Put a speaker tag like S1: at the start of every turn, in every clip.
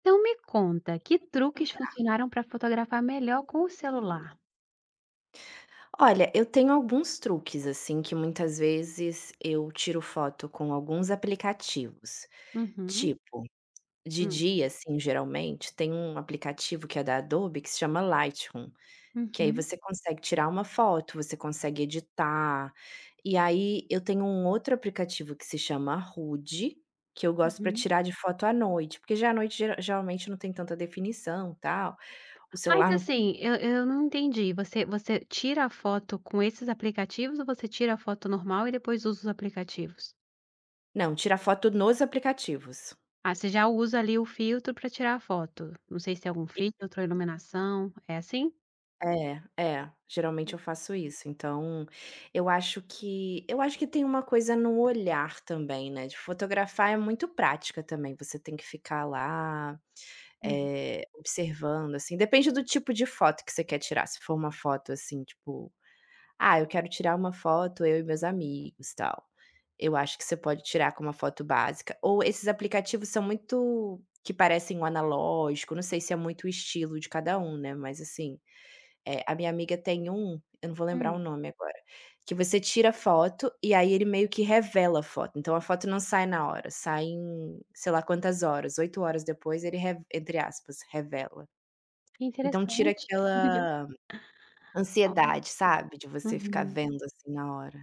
S1: Então me conta, que truques funcionaram para fotografar melhor com o celular?
S2: Olha, eu tenho alguns truques, assim, que muitas vezes eu tiro foto com alguns aplicativos.
S1: Uhum,
S2: Tipo, de
S1: hum,
S2: dia, assim, geralmente, tem um aplicativo que é da Adobe que se chama Lightroom, que aí
S1: uhum,
S2: você consegue tirar uma foto, você consegue editar. E aí eu tenho um outro aplicativo que se chama Rude, que eu gosto para
S1: uhum.
S2: tirar de foto à noite, porque já à noite geralmente não tem tanta definição, tal. O
S1: Mas
S2: celular não,
S1: assim, eu não entendi, você tira a foto com esses aplicativos ou você tira a foto normal e depois usa os aplicativos?
S2: não, tira foto nos aplicativos.
S1: Ah, você já usa ali o filtro para tirar a foto. Não sei se é algum filtro ou iluminação, é assim?
S2: É, geralmente eu faço isso, então, eu acho que tem uma coisa no olhar também, né, de fotografar é muito prática também, você tem que ficar lá,
S1: Uhum.
S2: observando, assim, depende do tipo de foto que você quer tirar, se for uma foto, assim, tipo: "Ah, eu quero tirar uma foto eu e meus amigos, tal". Eu acho que você pode tirar com uma foto básica, ou esses aplicativos são muito que parecem o analógico, não sei se é muito o estilo de cada um, né, mas assim é, a minha amiga tem um, eu não vou lembrar o
S1: Hum,
S2: nome agora, que você tira foto e aí ele meio que revela a foto, então a foto não sai na hora, sai em sei lá quantas horas, 8 horas depois ele re entre aspas, "revela".
S1: que
S2: Então tira
S1: interessante.
S2: aquela
S1: Ó,
S2: ansiedade, sabe, de você ficar
S1: uhum.
S2: vendo, assim, na hora.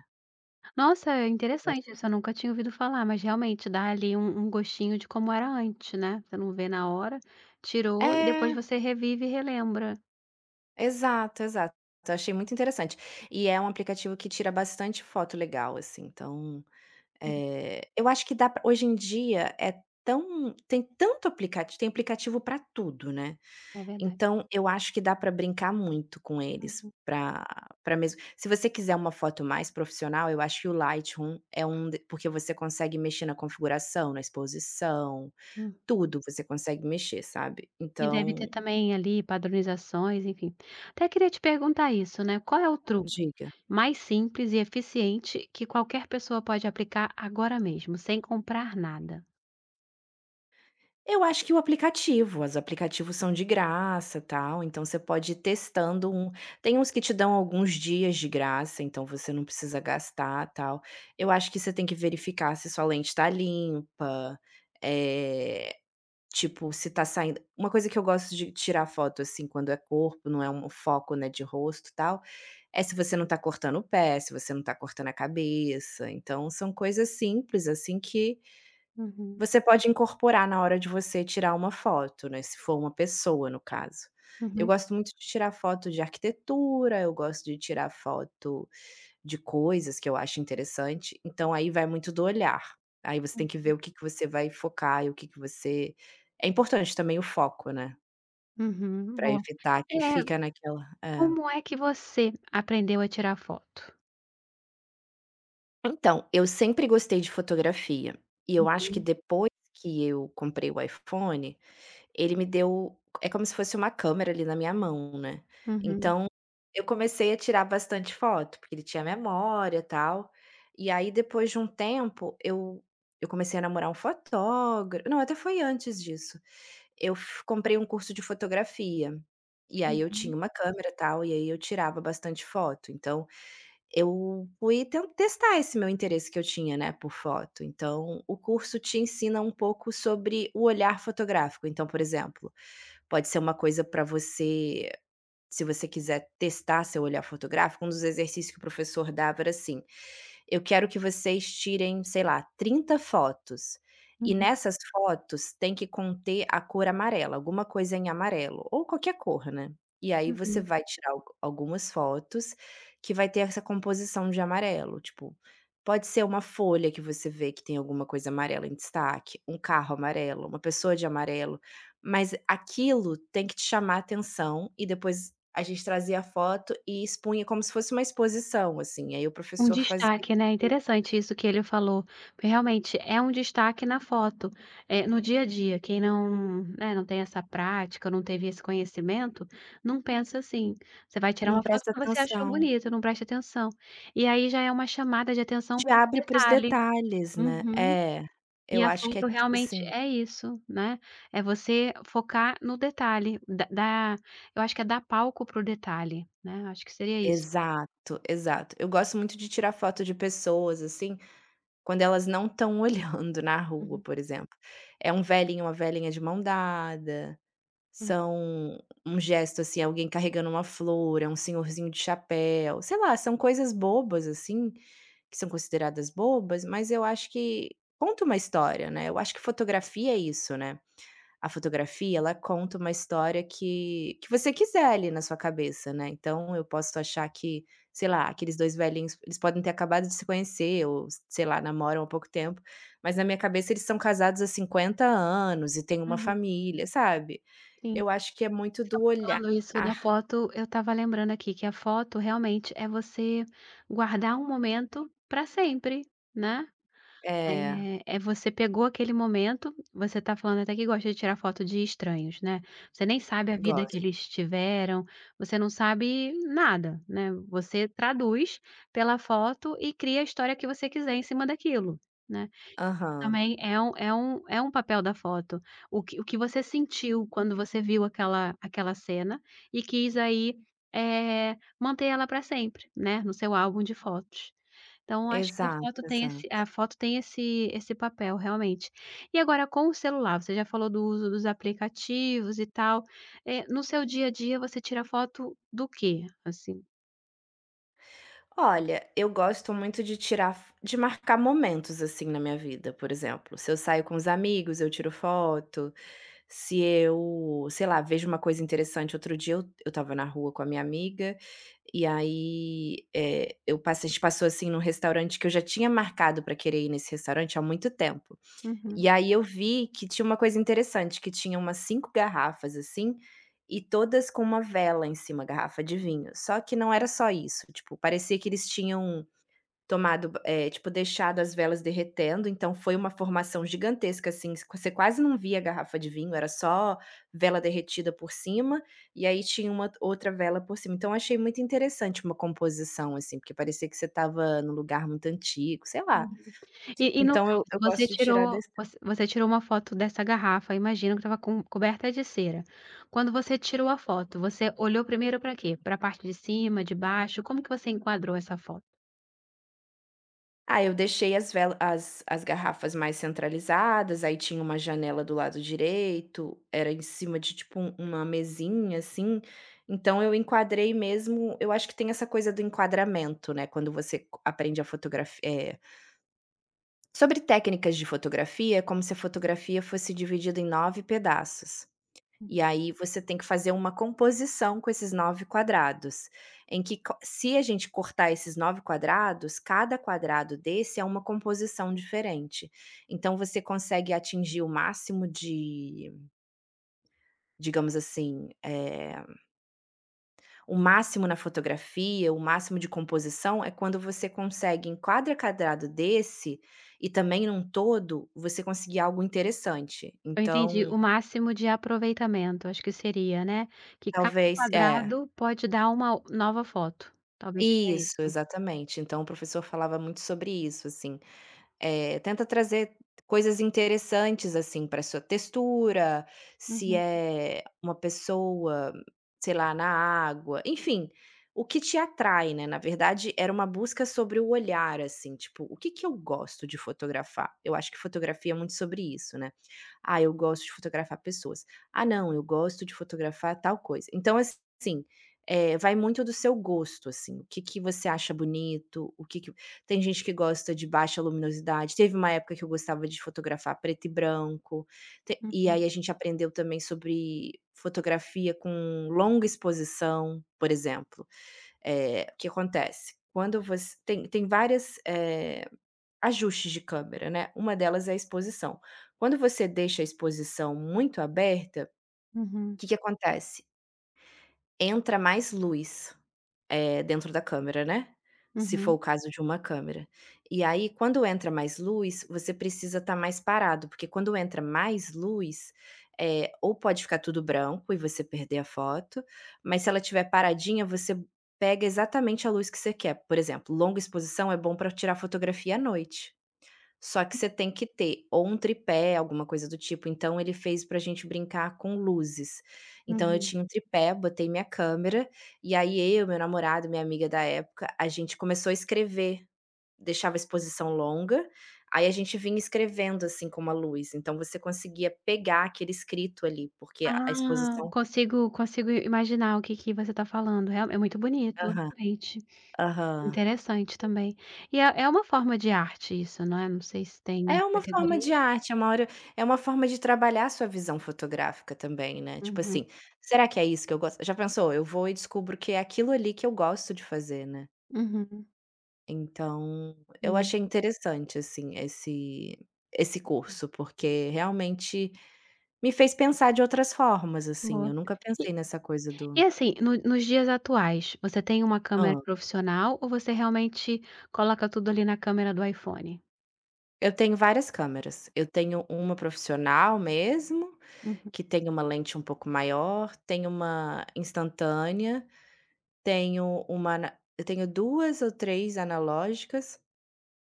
S1: Nossa, é interessante isso, eu nunca tinha ouvido falar, mas realmente dá ali um gostinho de como era antes, né, você não vê na hora, tirou e depois
S2: É,
S1: você revive e relembra.
S2: exato, exato. Eu achei muito interessante. E é um aplicativo que tira bastante foto legal, assim, então,
S1: Hum,
S2: Eu acho que dá pra hoje em dia é tão tem tanto aplicativo, tem aplicativo para tudo, né,
S1: é verdade.
S2: então eu acho que dá para brincar muito com eles
S1: Uhum,
S2: para mesmo se você quiser uma foto mais profissional. Eu acho que o Lightroom é um de porque você consegue mexer na configuração, na exposição,
S1: hum.
S2: tudo você consegue mexer, sabe.
S1: E deve
S2: Então,
S1: ter também ali padronizações, enfim. Até queria te perguntar isso, né, qual é o truque
S2: diga.
S1: mais simples e eficiente que qualquer pessoa pode aplicar agora mesmo, sem comprar nada?
S2: Eu acho que o aplicativo, os aplicativos são de graça, tal, então você pode ir testando um, tem uns que te dão alguns dias de graça, então você não precisa gastar, tal. Eu acho que você tem que verificar se sua lente tá limpa, eh, tipo, se tá saindo uma coisa que eu gosto de tirar foto, assim, quando é corpo, não é um foco, né, de rosto, tal, é se você não tá cortando o pé, se você não tá cortando a cabeça, então são coisas simples, assim, que
S1: Uhum,
S2: você pode incorporar na hora de você tirar uma foto, né, se for uma pessoa, no caso. Eu
S1: uhum,
S2: gosto muito de tirar foto de arquitetura, eu gosto de tirar foto de coisas que eu acho interessante, então aí vai muito do olhar. Aí você
S1: hum,
S2: tem que ver o que que você vai focar e o que que você é importante também o foco, né,
S1: uhum,
S2: pra
S1: boa.
S2: evitar que
S1: É,
S2: fica naquela é.
S1: como é que você aprendeu a tirar foto?
S2: Então, eu sempre gostei de fotografia, e eu acho que
S1: Uhum.
S2: depois que eu comprei o iPhone. Ele me deu é como se fosse uma câmera ali na minha mão, né.
S1: Uhum,
S2: Então, eu comecei a tirar bastante foto, porque ele tinha memória, e tal. E aí depois de um tempo, eu comecei a namorar um fotógrafo, não, até foi antes disso. Eu f comprei um curso de fotografia, e aí eu
S1: uhum,
S2: tinha uma câmera, e tal, e aí eu tirava bastante foto. Então, eu fui ten testar esse meu interesse que eu tinha, né, por foto. Então, o curso te ensina um pouco sobre o olhar fotográfico. Então, por exemplo, pode ser uma coisa para você, se você quiser testar seu olhar fotográfico, um dos exercícios que o professor dava era assim: "Eu quero que vocês tirem, sei lá, 30 fotos, e
S1: uhum,
S2: nessas fotos tem que conter a cor amarela, alguma coisa em amarelo, ou qualquer cor, né". E aí você
S1: uhum.
S2: vai tirar algumas fotos que vai ter essa composição de amarelo, tipo, pode ser uma folha que você vê que tem alguma coisa amarela em destaque, um carro amarelo, uma pessoa de amarelo. Mas aquilo tem que te chamar a atenção, e depois a gente trazia a foto e expunha como se fosse uma exposição, assim, aí o
S1: Um
S2: professor fazia.
S1: destaque, né, interessante isso que ele falou, porque realmente é um destaque na foto. No dia a dia, quem não, né, não tem essa prática, não teve esse conhecimento, não pensa assim. Você vai tirar
S2: Não
S1: uma foto
S2: presta
S1: que você achou
S2: atenção.
S1: bonita, não presta atenção. E aí já é uma chamada de atenção
S2: Te
S1: para um
S2: abre para os
S1: detalhe.
S2: detalhes, né.
S1: Uhum.
S2: É,
S1: E
S2: eu
S1: a
S2: acho que é
S1: foto
S2: tipo
S1: realmente
S2: assim.
S1: é isso, né, é você focar no detalhe, da dar eu acho que é dar palco para o detalhe, né, acho que seria isso.
S2: Exato, exato. Eu gosto muito de tirar foto de pessoas, assim, quando elas não estão olhando na rua,
S1: Uhum,
S2: por exemplo. É um velhinho, uma velhinha de mão dada.
S1: hum,
S2: São um gesto, assim, alguém carregando uma flor, é um senhorzinho de chapéu, sei lá, são coisas bobas, assim, que são consideradas bobas, mas eu acho que conta uma história, né, eu acho que fotografia é isso, né. A fotografia, ela conta uma história que você quiser ali na sua cabeça, né, então eu posso achar que, sei lá, aqueles 2 velhinhos, eles podem ter acabado de se conhecer ou, sei lá, namoram há pouco tempo, mas na minha cabeça eles são casados há 50 anos e têm uma
S1: uhum,
S2: família, sabe.
S1: sim.
S2: Eu acho que é muito do olhar.
S1: Falando isso da foto, eu estava lembrando aqui que a foto realmente é você guardar um momento para sempre, né.
S2: É,
S1: É você pegou aquele momento, você está falando até que gosta de tirar foto de estranhos, né. Você nem sabe a vida que
S2: gosto.
S1: eles tiveram, você não sabe nada, né. Você traduz pela foto e cria a história que você quiser em cima daquilo, né.
S2: Aham.
S1: Também é um papel da foto. O que você sentiu quando você viu aquela cena e quis aí, manter ela para sempre, né, no seu álbum de fotos. Então acho que
S2: Exato, exato.
S1: a foto tem esse papel realmente. E agora com o celular, você já falou do uso dos aplicativos e tal, no seu dia a dia você tira foto do quê, assim?
S2: Olha, eu gosto muito de tirar fo de marcar momentos, assim, na minha vida, por exemplo, se eu saio com os amigos, eu tiro foto, se eu, sei lá, vejo uma coisa interessante. Outro dia eu estava na rua com a minha amiga, e aí, eu passe a gente passou, assim, num restaurante que eu já tinha marcado pra querer ir nesse restaurante há muito tempo.
S1: Uhum.
S2: E aí eu vi que tinha uma coisa interessante, que tinha umas 5 garrafas, assim, e todas com uma vela em cima, garrafa de vinho. Só que não era só isso, tipo, parecia que eles tinham tomado, tipo, deixado as velas derretendo, então foi uma formação gigantesca, assim, s você quase não via a garrafa de vinho, era só vela derretida por cima, e aí tinha uma outra vela por cima. Então achei muito interessante uma composição, assim, porque parecia que você estava num lugar muito antigo, sei lá.
S1: E no
S2: Então eu
S1: caso, você
S2: gosto de tirar
S1: tirou
S2: desse.
S1: você você tirou uma foto dessa garrafa, imagino que estava coberta de cera. Quando você tirou a foto, você olhou primeiro para quê? Para a parte de cima, de baixo? Como que você enquadrou essa foto?
S2: Ah, eu deixei as vela as as garrafas mais centralizadas, aí tinha uma janela do lado direito, era em cima de tipo um uma mesinha, assim, então eu enquadrei mesmo, eu acho que tem essa coisa do enquadramento, né, quando você co aprende a fotografia. Sobre técnicas de fotografia, é como se a fotografia fosse dividida em 9 pedaços. E aí você tem que fazer uma composição com esses 9 quadrados, em que co, se a gente cortar esses 9 quadrados, cada quadrado desse é uma composição diferente. Então você consegue atingir o máximo de, digamos assim, o máximo na fotografia, o máximo de composição é quando você consegue em cada quadrado desse, e também num todo, você conseguir algo interessante.
S1: Eu entendi,
S2: Então,
S1: o máximo de aproveitamento, acho que seria, né, que cada
S2: talvez é.
S1: quadrado pode dar uma nova foto, talvez seja
S2: Isso,
S1: isso.
S2: exatamente. Então o professor falava muito sobre isso, assim, tenta trazer coisas interessantes, assim, pra sua textura, se
S1: Uhum,
S2: é uma pessoa, sei lá, na água, enfim, o que te atrai, né, na verdade era uma busca sobre o olhar, assim, tipo: "O que que eu gosto de fotografar?". Eu acho que fotografia é muito sobre isso, né. "Ah, eu gosto de fotografar pessoas". "Ah, não, eu gosto de fotografar tal coisa". Então, assim, vai muito do seu gosto, assim, o que que você acha bonito, o que que tem gente que gosta de baixa luminosidade. Teve uma época que eu gostava de fotografar preto e branco. Te E
S1: uhum,
S2: aí a gente aprendeu também sobre fotografia com longa exposição, por exemplo. O que acontece? Quando você tem várias, ajustes de câmera, né, uma delas é a exposição. Quando você deixa a exposição muito aberta, o
S1: uhum,
S2: que que acontece? Entra mais luz. Dentro da câmera, né, se for o
S1: uhum,
S2: caso de uma câmera. E aí quando entra mais luz, você precisa estar mais parado, porque quando entra mais luz, ou pode ficar tudo branco e você perder a foto, mas se ela estiver paradinha, você pega exatamente a luz que você quer. Por exemplo, longa exposição é bom para tirar fotografia à noite. Só que você tem que ter ou um tripé, alguma coisa do tipo, então ele fez pra gente brincar com luzes. Então eu
S1: uhum.
S2: tinha um tripé, botei minha câmera, e aí eu, meu namorado, minha amiga da época, a gente começou a escrever, deixava a exposição longa, aí a gente vinha escrevendo, assim, com uma luz, então você conseguia pegar aquele escrito ali, porque a
S1: Ah,
S2: exposição.
S1: consigo imaginar o que que você está falando, real é muito bonito,
S2: Aham,
S1: realmente.
S2: aham.
S1: Interessante também. E é uma forma de arte isso, não é? Não sei se tem uma
S2: É uma forma
S1: categoria.
S2: de arte, é uma hora, é uma forma de trabalhar a sua visão fotográfica também, né, tipo
S1: Uhum,
S2: assim, será que é isso que eu gosto? Já pensou, eu vou e descubro que é aquilo ali que eu gosto de fazer, né.
S1: uhum,
S2: Então, eu
S1: sim,
S2: achei interessante, assim, esse curso, porque realmente me fez pensar de outras formas, assim,
S1: boa.
S2: eu nunca
S1: E
S2: pensei nessa coisa
S1: e
S2: do.
S1: assim, no nos dias atuais, você tem uma câmera
S2: Hã.
S1: profissional ou você realmente coloca tudo ali na câmera do iPhone?
S2: Eu tenho várias câmeras, eu tenho uma profissional mesmo,
S1: Uhum,
S2: que tem uma lente um pouco maior, tem uma instantânea. Tenho uma ana eu tenho 2 ou 3 analógicas,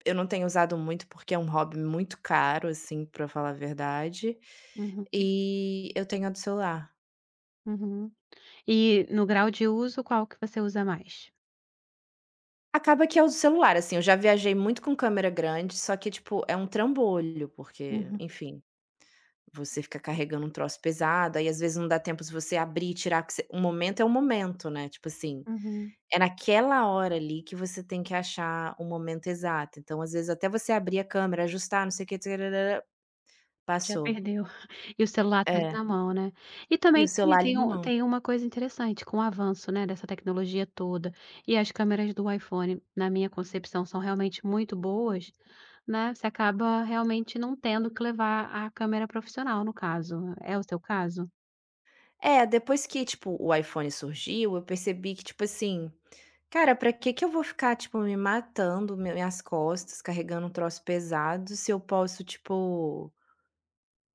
S2: eu não tenho usado muito, porque é um hobby muito caro, assim, pra falar a verdade,
S1: uhum,
S2: e eu tenho a do celular.
S1: uhum. E no grau de uso, qual que você usa mais?
S2: Acaba que é o do celular, assim, eu já viajei muito com câmera grande, só que, tipo, é um trambolho, porque,
S1: Uhum,
S2: enfim, você fica carregando um troço pesado, aí às vezes não dá tempo de você abrir e tirar, que você o momento é o momento, né, tipo assim.
S1: uhum.
S2: É naquela hora ali que você tem que achar o momento exato. Então, às vezes, até você abrir a câmera, ajustar, não sei o que, tararara,
S1: Já
S2: passou.
S1: perdeu. E o celular tá
S2: É,
S1: na mão, né. E
S2: e
S1: também
S2: o
S1: tem
S2: celular ali
S1: tem
S2: na
S1: um
S2: mão.
S1: tem uma coisa interessante com o avanço, né, dessa tecnologia toda, e as câmeras do iPhone, na minha concepção, são realmente muito boas, né, você acaba realmente não tendo que levar a câmera profissional, no caso. É o seu caso?
S2: É, depois que, tipo, o iPhone surgiu, eu percebi que, tipo assim, cara, pra que que eu vou ficar, tipo, me matando, minhas costas, carregando um troço pesado, se eu posso, tipo,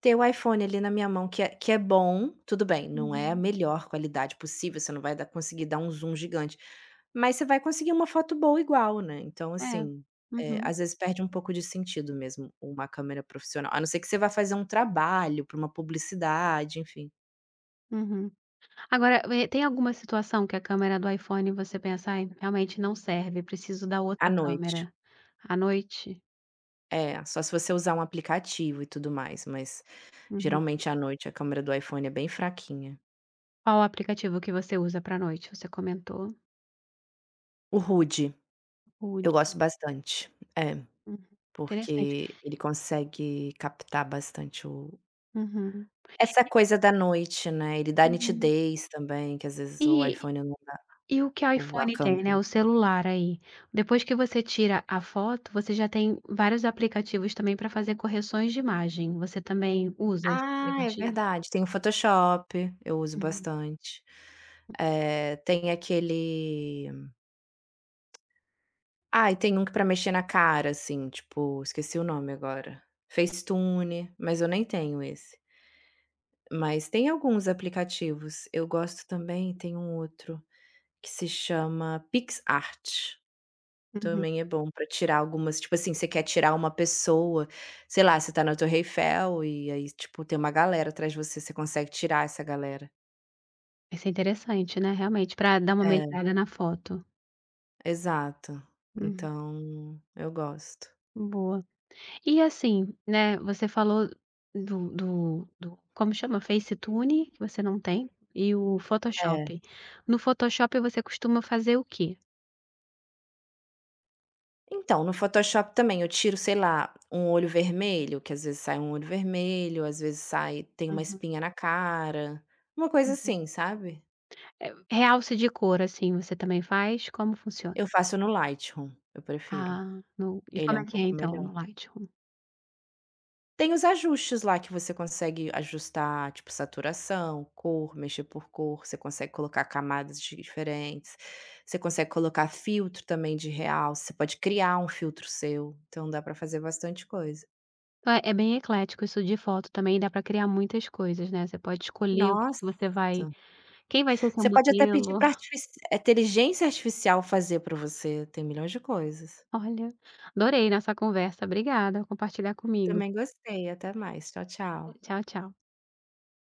S2: ter o iPhone ali na minha mão, que é bom. Tudo bem, não é a
S1: Uhum.
S2: melhor qualidade possível, você não vai dar conseguir dar um zoom gigante, mas você vai conseguir uma foto boa igual, né, então
S1: É.
S2: assim,
S1: Uhum,
S2: às vezes perde um pouco de sentido mesmo uma câmera profissional, a não ser que você vá fazer um trabalho para uma publicidade, enfim.
S1: uhum. Agora, tem alguma situação que a câmera do iPhone você pensa: "Ai, realmente não serve, preciso da
S2: À
S1: outra
S2: noite.
S1: câmera", à noite?
S2: É, só se você usar um aplicativo e tudo mais, mas
S1: Uhum.
S2: geralmente à noite a câmera do iPhone é bem fraquinha.
S1: Qual o aplicativo que você usa pra noite? Você comentou,
S2: O RUD,
S1: Wood.
S2: eu gosto bastante. É.
S1: Uhum. Interessante.
S2: Porque ele consegue captar bastante o
S1: Uhum,
S2: essa coisa da noite, né, ele dá
S1: uhum.
S2: nitidez também, que às vezes o
S1: E
S2: iPhone não dá,
S1: e o que o
S2: ou a
S1: iPhone tem, né,
S2: câmera.
S1: o celular aí, depois que você tira a foto, você já tem vários aplicativos também para fazer correções de imagem. Você também usa esse
S2: Ah, é
S1: aplicativo?
S2: verdade, tem o Photoshop, eu uso
S1: Uhum,
S2: bastante. Tem aquele. Ah, e tem um que pra mexer na cara, assim, tipo, esqueci o nome agora. FaceTune, mas eu nem tenho esse. Mas tem alguns aplicativos, eu gosto, também tem um outro que se chama PixArt.
S1: uhum.
S2: Também é bom pra tirar algumas, tipo assim, você quer tirar uma pessoa, sei lá, você tá na Torre Eiffel e aí, tipo, tem uma galera atrás de você, você consegue tirar essa galera.
S1: Isso é interessante, né, realmente, para dar uma
S2: É,
S1: melhorada na foto.
S2: exato.
S1: Uhum,
S2: Então, eu gosto.
S1: boa. E assim, né, você falou do como chama? FaceTune, que você não tem, e o
S2: É.
S1: Photoshop. No Photoshop você costuma fazer o quê?
S2: Então, no Photoshop também eu tiro, sei lá, um olho vermelho, que às vezes sai um olho vermelho, às vezes sai, tem uma
S1: Uhum,
S2: espinha na cara, uma coisa
S1: uhum.
S2: assim, sabe.
S1: Realce de cor, assim, você também faz? Como funciona?
S2: Eu faço no Lightroom, eu prefiro.
S1: Ah, no e
S2: Ele
S1: como
S2: é um
S1: é que é
S2: pouco
S1: então
S2: melhor.
S1: no Lightroom?
S2: Tem os ajustes lá que você consegue ajustar, tipo, saturação, cor, mexer por cor, você consegue colocar camadas de diferentes, você consegue colocar filtro também de realce, você pode criar um filtro seu, então dá pra fazer bastante coisa.
S1: Então é bem eclético isso de foto também, dá para criar muitas coisas, né, você pode escolher o que que você
S2: Nossa!
S1: vai quem vai ser seu
S2: Você pode até pedir
S1: modelo.
S2: para inteligência artificial fazer pra você, tem milhões de coisas.
S1: Olha, adorei nossa conversa, obrigada por compartilhar comigo.
S2: Também gostei, até mais. Tchau, tchau.
S1: Tchau, tchau.